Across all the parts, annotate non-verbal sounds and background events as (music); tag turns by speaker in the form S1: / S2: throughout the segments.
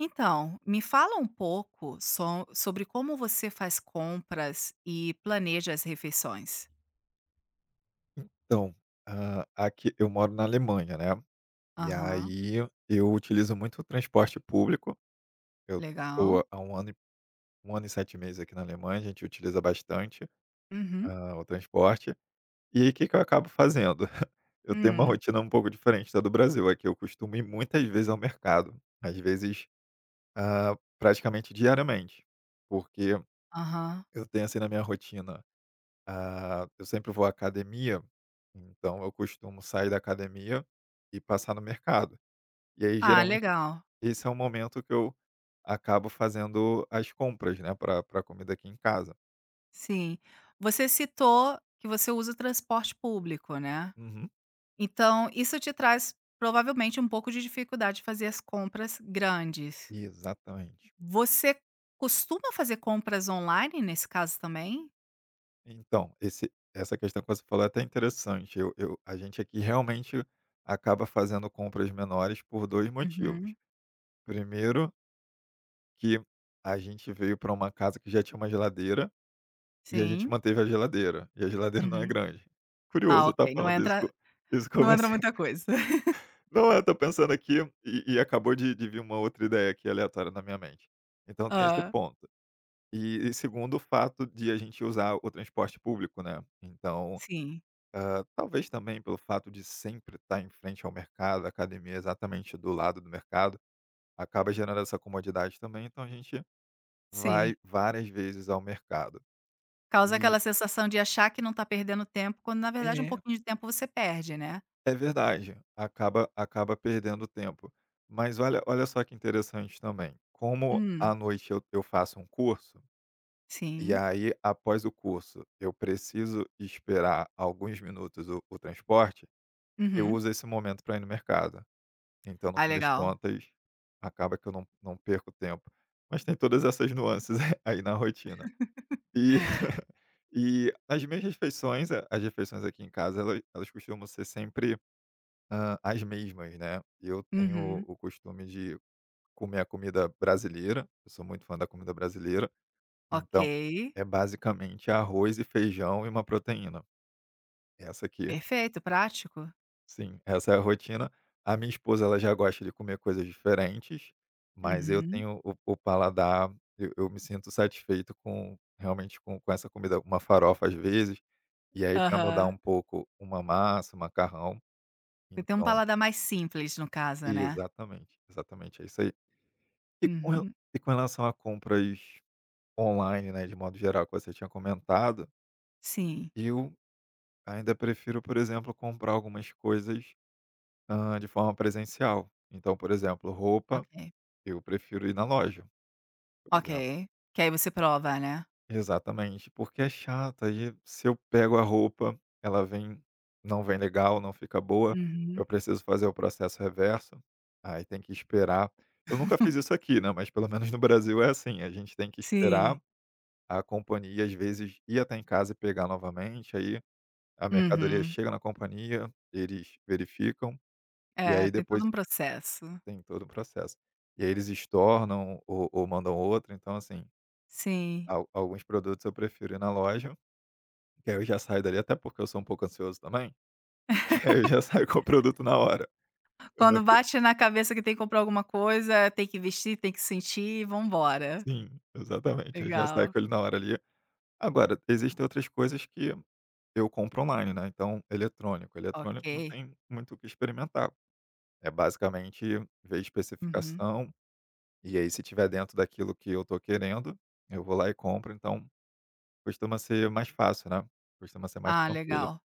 S1: Então, me fala um pouco sobre como você faz compras e planeja as refeições.
S2: Então, aqui eu moro na Alemanha, né, e
S1: Aham,
S2: aí eu utilizo muito o transporte público. Eu
S1: legal.
S2: estou há um ano e 1 ano e 7 meses aqui na Alemanha, a gente utiliza bastante,
S1: Uhum.
S2: o transporte. E aí, o que que eu acabo fazendo? (laughs) Eu tenho uma
S1: Hum,
S2: rotina um pouco diferente da do Brasil. Aqui eu costumo ir muitas vezes ao mercado, às vezes, praticamente diariamente, porque
S1: aham.
S2: eu tenho, assim, na minha rotina. Ah, eu sempre vou à academia, então eu costumo sair da academia e passar no mercado. E aí,
S1: Ah,
S2: geralmente,
S1: legal.
S2: esse é o momento que eu acabo fazendo as compras, né, para pra comida aqui em casa.
S1: Sim. Você citou que você usa o transporte público, né?
S2: Uhum.
S1: Então, isso te traz provavelmente um pouco de dificuldade de fazer as compras grandes.
S2: Exatamente.
S1: Você costuma fazer compras online nesse caso também?
S2: Então, esse essa questão que você falou é até interessante. Eu a gente aqui realmente acaba fazendo compras menores por 2 motivos.
S1: Uhum.
S2: Primeiro, que a gente veio para uma casa que já tinha uma geladeira. E a gente
S1: Sim.
S2: manteve a geladeira, e a geladeira não é
S1: Uhum.
S2: grande.
S1: Ah,
S2: Curioso eu
S1: ok.
S2: estar
S1: Não
S2: falando
S1: entra,
S2: isso com
S1: Não entra
S2: você.
S1: muita
S2: (laughs)
S1: coisa.
S2: Não é, eu estou pensando aqui e acabou de vir uma outra ideia aqui aleatória na minha mente. Então tem esse
S1: Hã.
S2: ponto. E segundo o fato de a gente usar o transporte público, né, então,
S1: Sim,
S2: talvez também pelo fato de sempre estar em frente ao mercado, a academia é exatamente do lado do mercado, acaba gerando essa comodidade também, então a gente
S1: sim.
S2: vai várias vezes ao mercado.
S1: Causa
S2: E
S1: aquela sensação de achar que não tá perdendo tempo, quando na verdade um
S2: é.
S1: pouquinho de tempo você perde, né.
S2: É verdade, acaba perdendo tempo. Mas olha só que interessante também, como
S1: Hum,
S2: à noite eu faço um curso, e
S1: sim.
S2: aí após o curso eu preciso esperar alguns minutos o transporte, eu
S1: Uhum.
S2: uso esse momento para ir no mercado. Então no
S1: Ah,
S2: fim das
S1: legal.
S2: contas, acaba que eu não perco tempo. Mas tem todas essas nuances (laughs) aí na rotina. E (laughs) e as minhas refeições, as refeições aqui em casa, elas costumam ser sempre, as mesmas, né. Eu tenho
S1: Uhum.
S2: o costume de comer a comida brasileira, eu sou muito fã da comida brasileira,
S1: Ok.
S2: então é basicamente arroz e feijão e uma proteína. Essa aqui
S1: Perfeito, prático.
S2: sim, essa é a rotina. A minha esposa, ela já gosta de comer coisas diferentes, mas eu
S1: Uhum.
S2: tenho o paladar. Eu me sinto satisfeito com realmente com essa comida, uma farofa às vezes, e aí para mudar
S1: Aham.
S2: um pouco, uma massa, um macarrão,
S1: Você tem um
S2: então
S1: paladar mais simples no caso, né.
S2: exatamente, exatamente, é isso aí. E com rela
S1: Uhum.
S2: e com relação a compras online, né, de modo geral, que você tinha comentado,
S1: Sim.
S2: eu ainda prefiro, por exemplo, comprar algumas coisas, de forma presencial. Então, por exemplo, roupa,
S1: Ok,
S2: eu prefiro ir na loja, por exemplo.
S1: ok. Que aí você prova, né.
S2: Exatamente, porque é chato, aí se eu pego a roupa, ela vem não vem legal, não fica boa, eu
S1: Uhum.
S2: preciso fazer o processo reverso, aí tem que esperar. Eu nunca fiz isso aqui, né, mas pelo menos no Brasil é assim, a gente tem que
S1: Sim.
S2: esperar. A companhia, às vezes, ia até em casa e pegar novamente, aí a mercadoria
S1: Uhum.
S2: chega na companhia, eles verificam, e
S1: É,
S2: aí
S1: tem todo
S2: depois
S1: um processo.
S2: tem todo o processo. E aí eles estornam ou mandam outro, então assim,
S1: Sim.
S2: al alguns produtos eu prefiro ir na loja, que aí eu já saio dali, até porque eu sou um pouco ansioso também, (laughs) aí eu já saio com o produto na hora. Eu não
S1: Quando
S2: pre
S1: bate na cabeça que tem que comprar alguma coisa, tem que vestir, tem que sentir, vamos embora.
S2: Sim, exatamente, eu já saio
S1: Legal,
S2: com ele na hora ali. Agora, existem outras coisas que eu compro online, né, então eletrônico, eletrônico não
S1: ok.
S2: tem muito o que experimentar. É basicamente ver a
S1: Uhum.
S2: especificação, e aí se tiver dentro daquilo que eu tô querendo, eu vou lá e compro, então costuma ser mais fácil, né, costuma ser mais
S1: Ah,
S2: tranquilo.
S1: legal.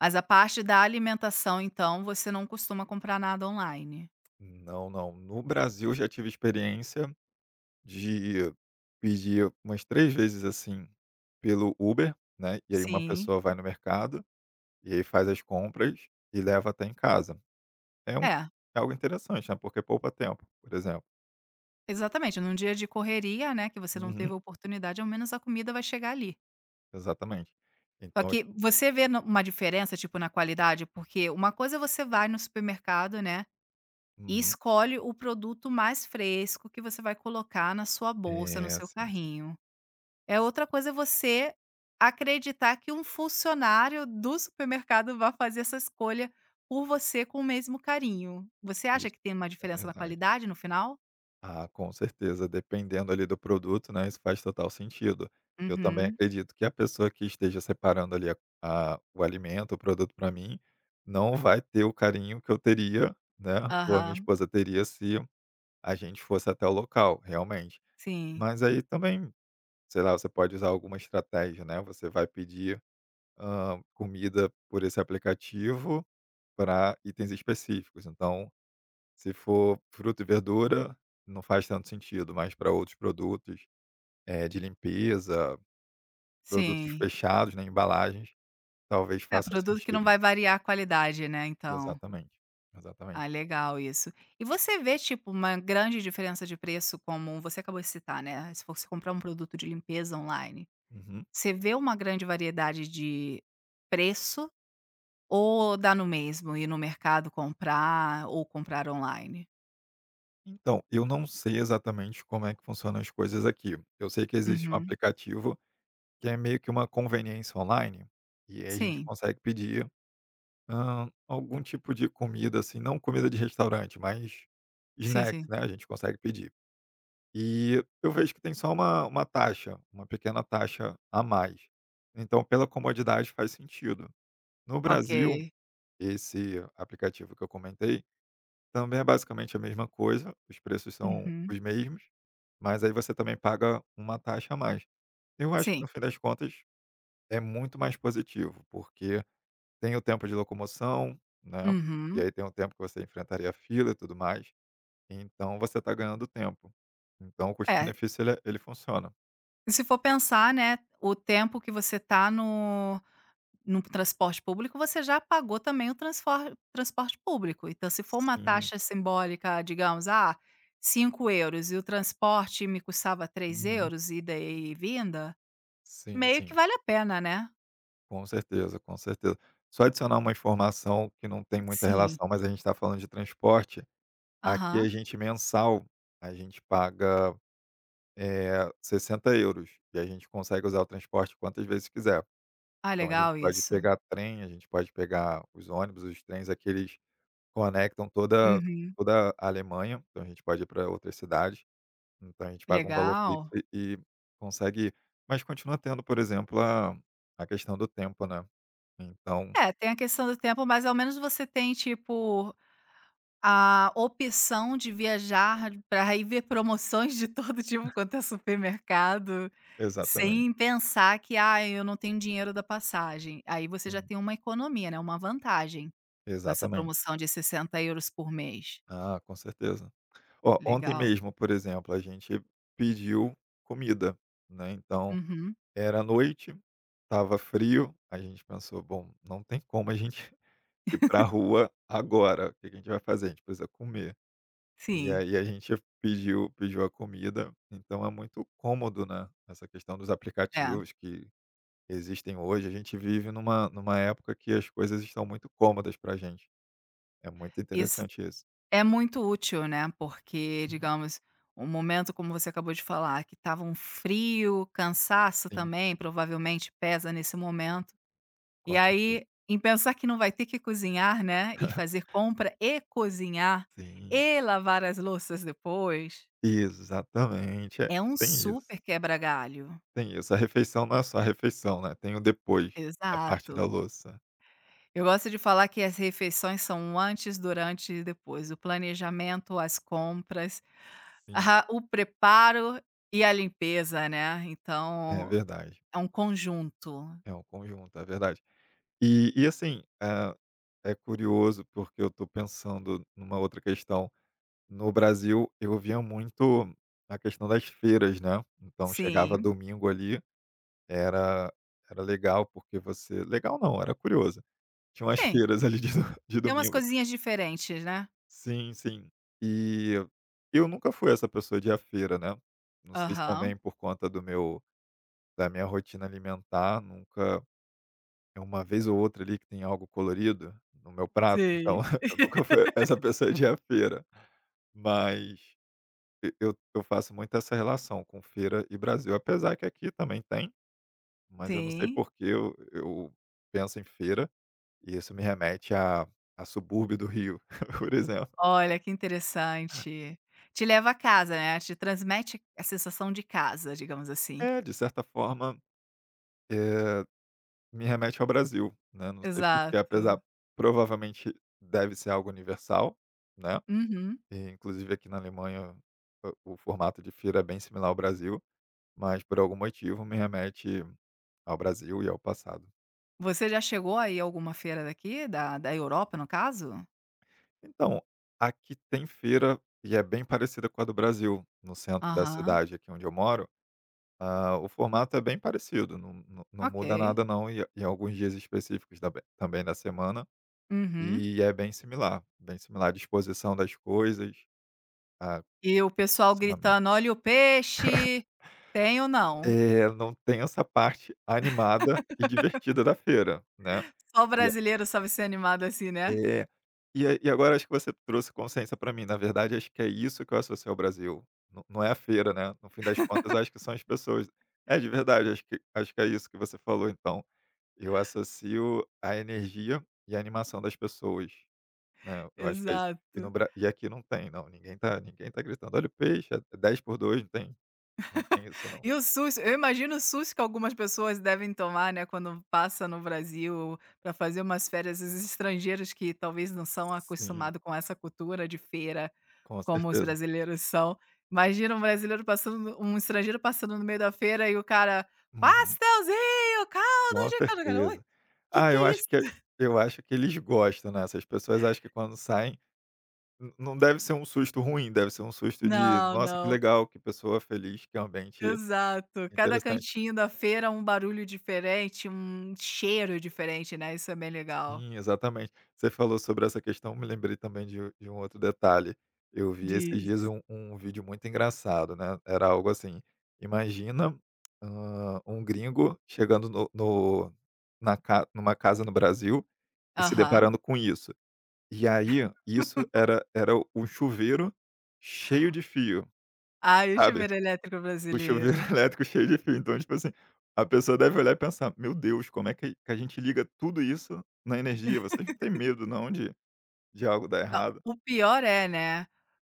S1: Mas a parte da alimentação, então, você não costuma comprar nada online?
S2: Não, não, no Brasil já tive experiência de pedir umas 3 vezes, assim, pelo Uber, né, e aí uma
S1: Sim.
S2: pessoa vai no mercado, e aí faz as compras e leva até em casa. É um
S1: É,
S2: é algo interessante, né, porque poupa tempo, por exemplo.
S1: exatamente, num dia de correria, né, que você não teve
S2: Uhum,
S1: oportunidade, ao menos a comida vai chegar ali.
S2: exatamente.
S1: Só
S2: Então
S1: que você vê no uma diferença, tipo, na qualidade? Porque uma coisa é você vai no supermercado, né, e
S2: uhum.
S1: escolhe o produto mais fresco que você vai colocar na sua bolsa, no
S2: É,
S1: seu
S2: sim, sim.
S1: carrinho. É, outra coisa é você acreditar que um funcionário do supermercado vá fazer essa escolha por você com o mesmo carinho. Você acha
S2: Isso,
S1: que tem uma
S2: isso é
S1: diferença na
S2: verdade.
S1: qualidade no final?
S2: Ah, com certeza, dependendo ali do produto, né, isso faz total sentido. Eu também
S1: Uhum.
S2: acredito que a pessoa que esteja separando ali a o alimento, o produto para mim, não vai ter o carinho que eu teria, né, ou a minha
S1: Aham.
S2: esposa teria se a gente fosse até o local, realmente.
S1: Sim,
S2: Mas aí também, sei lá, você pode usar alguma estratégia, né, você vai pedir, comida por esse aplicativo para itens específicos, então. Se for fruta e verdura, não faz tanto sentido, mas para outros produtos, de limpeza, produtos
S1: sim.
S2: fechados, né, embalagens, talvez
S1: É,
S2: faça
S1: produto que não
S2: sentido.
S1: vai variar a qualidade, né, então.
S2: Exatamente,
S1: Ah,
S2: exatamente.
S1: legal isso. E você vê, tipo, uma grande diferença de preço como você acabou de citar, né, se fosse comprar um produto de limpeza online,
S2: Uhum.
S1: você vê uma grande variedade de preço? Ou dá no mesmo ir no mercado comprar ou comprar online?
S2: Então, eu não sei exatamente como é que funcionam as coisas aqui. Eu sei que existe um
S1: Uhum.
S2: aplicativo que é meio que uma conveniência online, e aí a gente
S1: Sim,
S2: consegue pedir, algum tipo de comida, assim, não comida de restaurante, mas
S1: sim,
S2: snacks,
S1: sim.
S2: né, a gente consegue pedir. E eu vejo que tem só uma taxa, uma pequena taxa a mais. Então, pela comodidade, faz sentido. No
S1: Ok.
S2: Brasil, esse aplicativo que eu comentei também é basicamente a mesma coisa, os preços são
S1: Uhum.
S2: os mesmos, mas aí você também paga uma taxa a mais. Eu acho que,
S1: Sim.
S2: no fim das contas, é muito mais positivo, porque tem o tempo de locomoção, né, e
S1: Uhum.
S2: aí tem o tempo que você enfrentaria a fila e tudo mais, então você está ganhando tempo. Então o
S1: É,
S2: custo-benefício ele funciona.
S1: se for pensar, né, o tempo que você tá no transporte público, você já pagou também o transfor transporte público. Então, se for uma
S2: Sim,
S1: taxa simbólica, digamos, ah, 5 euros e o transporte me custava três
S2: uhum.
S1: euros ida e vinda,
S2: Sim,
S1: meio que
S2: sim,
S1: vale a pena, né?
S2: com certeza, com certeza. Só adicionar uma informação que não tem muita
S1: Sim.
S2: relação, mas a gente está falando de transporte. Aqui
S1: Aham.
S2: a gente mensal, a gente paga, 60 € e a gente consegue usar o transporte quantas vezes quiser.
S1: Ah,
S2: Então a gente
S1: legal
S2: pode
S1: isso.
S2: pegar trem, a gente pode pegar os ônibus, os trens, aqueles conectam
S1: Uhum.
S2: toda a Alemanha, então a gente pode ir para outras cidades. Então a gente paga um valor fixo
S1: Legal.
S2: e consegue ir. Mas continua tendo, por exemplo, a questão do tempo, né. Então
S1: É, tem a questão do tempo, mas ao menos você tem, tipo, a opção de viajar para ir ver promoções de (laughs) todo tipo quanto é supermercado,
S2: exatamente,
S1: sem pensar que: "Ah, eu não tenho dinheiro da passagem". Aí você já
S2: sim,
S1: tem uma economia, né, uma vantagem com essa
S2: exatamente.
S1: promoção de 60 euros por mês.
S2: Ah, com certeza. Ó, ontem
S1: Legal.
S2: mesmo, por exemplo, a gente pediu comida, né, então
S1: Uhum.
S2: era noite, tava frio, a gente pensou: "Bom, não tem como a gente (laughs) ir pra rua agora, o que que a gente vai fazer? A gente precisa comer". E
S1: Sim,
S2: aí a gente pediu a comida, então é muito cômodo, né, essa questão dos
S1: é.
S2: aplicativos que existem hoje, a gente vive numa época que as coisas estão muito cômodas pra gente. É muito
S1: Isso
S2: interessante isso.
S1: é muito útil, né, porque,
S2: Uhum.
S1: digamos, um momento como você acabou de falar, que estava um frio, cansaço
S2: Sim,
S1: também provavelmente pesa nesse momento. E
S2: com certeza.
S1: aí, em pensar que não vai ter que cozinhar, né, e fazer compra e cozinhar
S2: Sim,
S1: e lavar as louças depois,
S2: exatamente, é,
S1: é um
S2: tem isso,
S1: super quebra galho.
S2: tem isso. A refeição não é só a refeição, né, tem o depois, a parte
S1: Exato.
S2: da louça.
S1: Eu gosto de falar que as refeições são o antes, durante e depois, o planejamento, as compras,
S2: Sim,
S1: aham, o preparo e a limpeza, né,
S2: é
S1: então
S2: verdade,
S1: é um conjunto.
S2: é um conjunto, é verdade. E assim, é curioso, porque eu estou pensando numa outra questão. No Brasil, eu via muito a questão das feiras, né. Então chegava
S1: Sim,
S2: domingo ali, era era legal, porque você legal não, era curioso. Tinha umas
S1: sim,
S2: feiras ali de do (laughs) de
S1: tem umas
S2: domingo.
S1: coisinhas diferentes, né.
S2: Sim, sim. E eu nunca fui essa pessoa de ir à feira, né. Não sei se
S1: Aham.
S2: também por conta do meu da minha rotina alimentar, nunca. É uma vez ou outra ali que tem algo colorido no meu prato, então
S1: Sim,
S2: (laughs) eu nunca fui (laughs) essa pessoa de ir à feira, mas e eu faço muito essa relação com feira e Brasil, apesar que aqui também tem, mas eu não sei
S1: sim.
S2: porque eu penso em feira e isso me remete a subúrbio do Rio, (laughs) por exemplo.
S1: Olha, que interessante. Te leva a casa, né, te transmite a sensação de casa, digamos assim.
S2: É, de certa forma, eh, me remete ao Brasil, né, não sei por que,
S1: Exato.
S2: apesar, provavelmente deve ser algo universal, né.
S1: Uhum.
S2: E, inclusive, aqui na Alemanha, o formato de feira é bem similar ao Brasil, mas por algum motivo me remete ao Brasil e ao passado.
S1: Você já chegou aí a alguma feira daqui, da Europa, no caso?
S2: Então, aqui tem feira e é bem parecida com a do Brasil, no centro da
S1: Aham,
S2: cidade aqui onde eu moro. Ah, o formato é bem parecido, não, não, não muda
S1: ok.
S2: nada não, e alguns dias específicos também da semana,
S1: Uhum.
S2: e é bem similar à disposição das coisas, a.
S1: E o pessoal gritando: "Olha o peixe!". Tem ou não?
S2: É, não tem essa parte animada e divertida da feira, né.
S1: Só o
S2: E
S1: brasileiro sabe ser animado assim, né.
S2: é. E agora acho que você trouxe consciência para mim, na verdade acho que é isso que eu associo ao Brasil, não é a feira, né, no fim das contas acho que são as pessoas. É, de verdade, acho que é isso que você falou então, eu associo a energia e a animação das pessoas, né, eu acho que é isso. E no
S1: Exato.
S2: Bra E aqui não tem não, ninguém tá gritando: "Olha o peixe, é 10 por dois, não tem não tem isso não".
S1: E o susto, eu imagino o susto que algumas pessoas devem tomar, né, quando passa no Brasil para fazer umas férias, os estrangeiros que talvez não são
S2: Sim,
S1: acostumados com essa cultura de feira
S2: com
S1: como os
S2: certeza.
S1: brasileiros são. Imagina um brasileiro passando um estrangeiro passando no meio da feira e o cara:
S2: Uhum.
S1: "Pastelzinho, caldo
S2: Com
S1: de caldo". O cara: "oi,
S2: certeza. Ah,
S1: que é isso?".
S2: eu acho que eles gostam, né, essas pessoas acham que quando saem, n não deve ser um susto ruim, deve ser um susto de:
S1: Não,
S2: "Nossa, que
S1: não.
S2: legal, que pessoa feliz, que ambiente
S1: Exato. Cada
S2: interessante".
S1: cantinho da feira um barulho diferente, um cheiro diferente, né, isso é bem legal.
S2: Sim, exatamente. Você falou sobre essa questão, me lembrei também de um outro detalhe. Eu vi esses dias
S1: Diz.
S2: um vídeo muito engraçado, né, era algo assim, imagina, um gringo chegando no no na ca numa casa no Brasil e se
S1: Aham.
S2: deparando com isso. E aí, era um chuveiro cheio de fio,
S1: Ai, o
S2: sabe?
S1: chuveiro elétrico
S2: O chuveiro
S1: brasileiro.
S2: (laughs) elétrico cheio de fio, então, tipo assim, a pessoa deve olhar e pensar: "Meu Deus, como é que a gente liga tudo isso na energia? Vocês não têm medo não de algo dar
S1: Não,
S2: errado?"
S1: o pior é, né,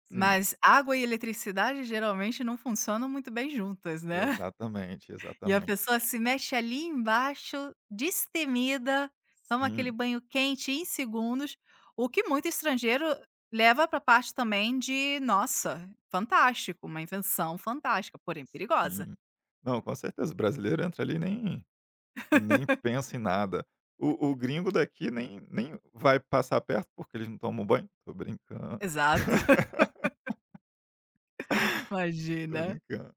S2: Sim,
S1: mas água e eletricidade geralmente não funcionam muito bem juntas, né.
S2: exatamente,
S1: E a
S2: exatamente.
S1: pessoa se mexe ali embaixo, destemida, toma aquele
S2: Sim,
S1: banho quente em segundos, o que muito estrangeiro leva para a parte também de: "Nossa, fantástico, uma invenção fantástica, porém perigosa".
S2: sim. Não, com certeza, o brasileiro entra ali e nem pensa em nada. O gringo daqui nem vai passar perto, porque eles não tomam banho. Tô brincando,
S1: Exato, (laughs)
S2: tô
S1: imagina.
S2: brincando.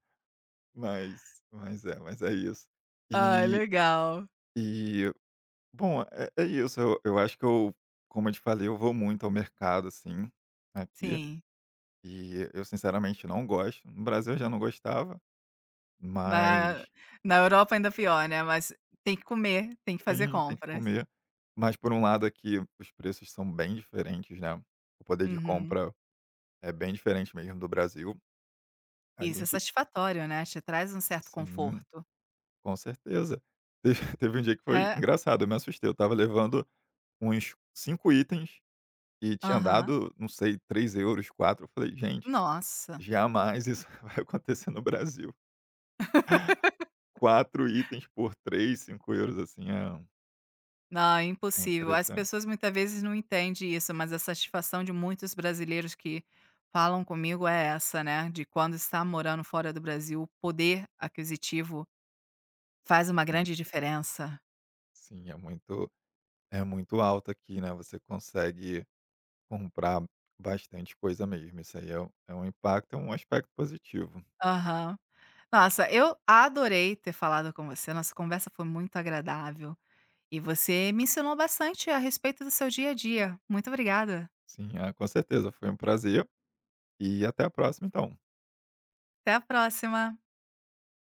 S2: Mas é isso.
S1: Ah,
S2: E
S1: legal.
S2: e bom, é isso, eu acho que eu, como eu te falei, eu vou muito ao mercado, assim, aqui,
S1: Sim,
S2: e eu sinceramente não gosto. No Brasil eu já não gostava,
S1: na
S2: mas
S1: na Europa ainda pior, né, mas tem que comer, tem que fazer
S2: tem que
S1: compras.
S2: comer. Mas por um lado aqui os preços são bem diferentes, né, o poder de
S1: Uhum.
S2: compra é bem diferente mesmo do Brasil. A
S1: Isso é
S2: gente
S1: satisfatório, né, te traz um certo
S2: sim,
S1: conforto.
S2: com certeza. Teve (laughs) teve um dia que foi
S1: É,
S2: engraçado, eu me assustei, eu tava levando uns 5 itens. E tinha
S1: aham.
S2: dado, não sei, 3 euros, quatro, eu falei: "Gente,
S1: Nossa.
S2: jamais isso (laughs) vai acontecer no Brasil". Quatro itens por três, 5 euros assim,
S1: Não, é
S2: é
S1: impossível. As
S2: interessante.
S1: pessoas muitas vezes não entendem isso, mas a satisfação de muitos brasileiros que falam comigo é essa, né? De quando está morando fora do Brasil, o poder aquisitivo faz uma
S2: Sim,
S1: grande diferença.
S2: sim, é muito alto aqui, né, você consegue comprar bastante coisa mesmo, isso aí é um impacto, é um aspecto positivo.
S1: Aham. Nossa, eu adorei ter falado com você. Nossa conversa foi muito agradável. E você me ensinou bastante a respeito do seu dia a dia. Muito obrigada.
S2: Sim, ah, com certeza, foi um prazer e até a próxima então.
S1: Até a próxima.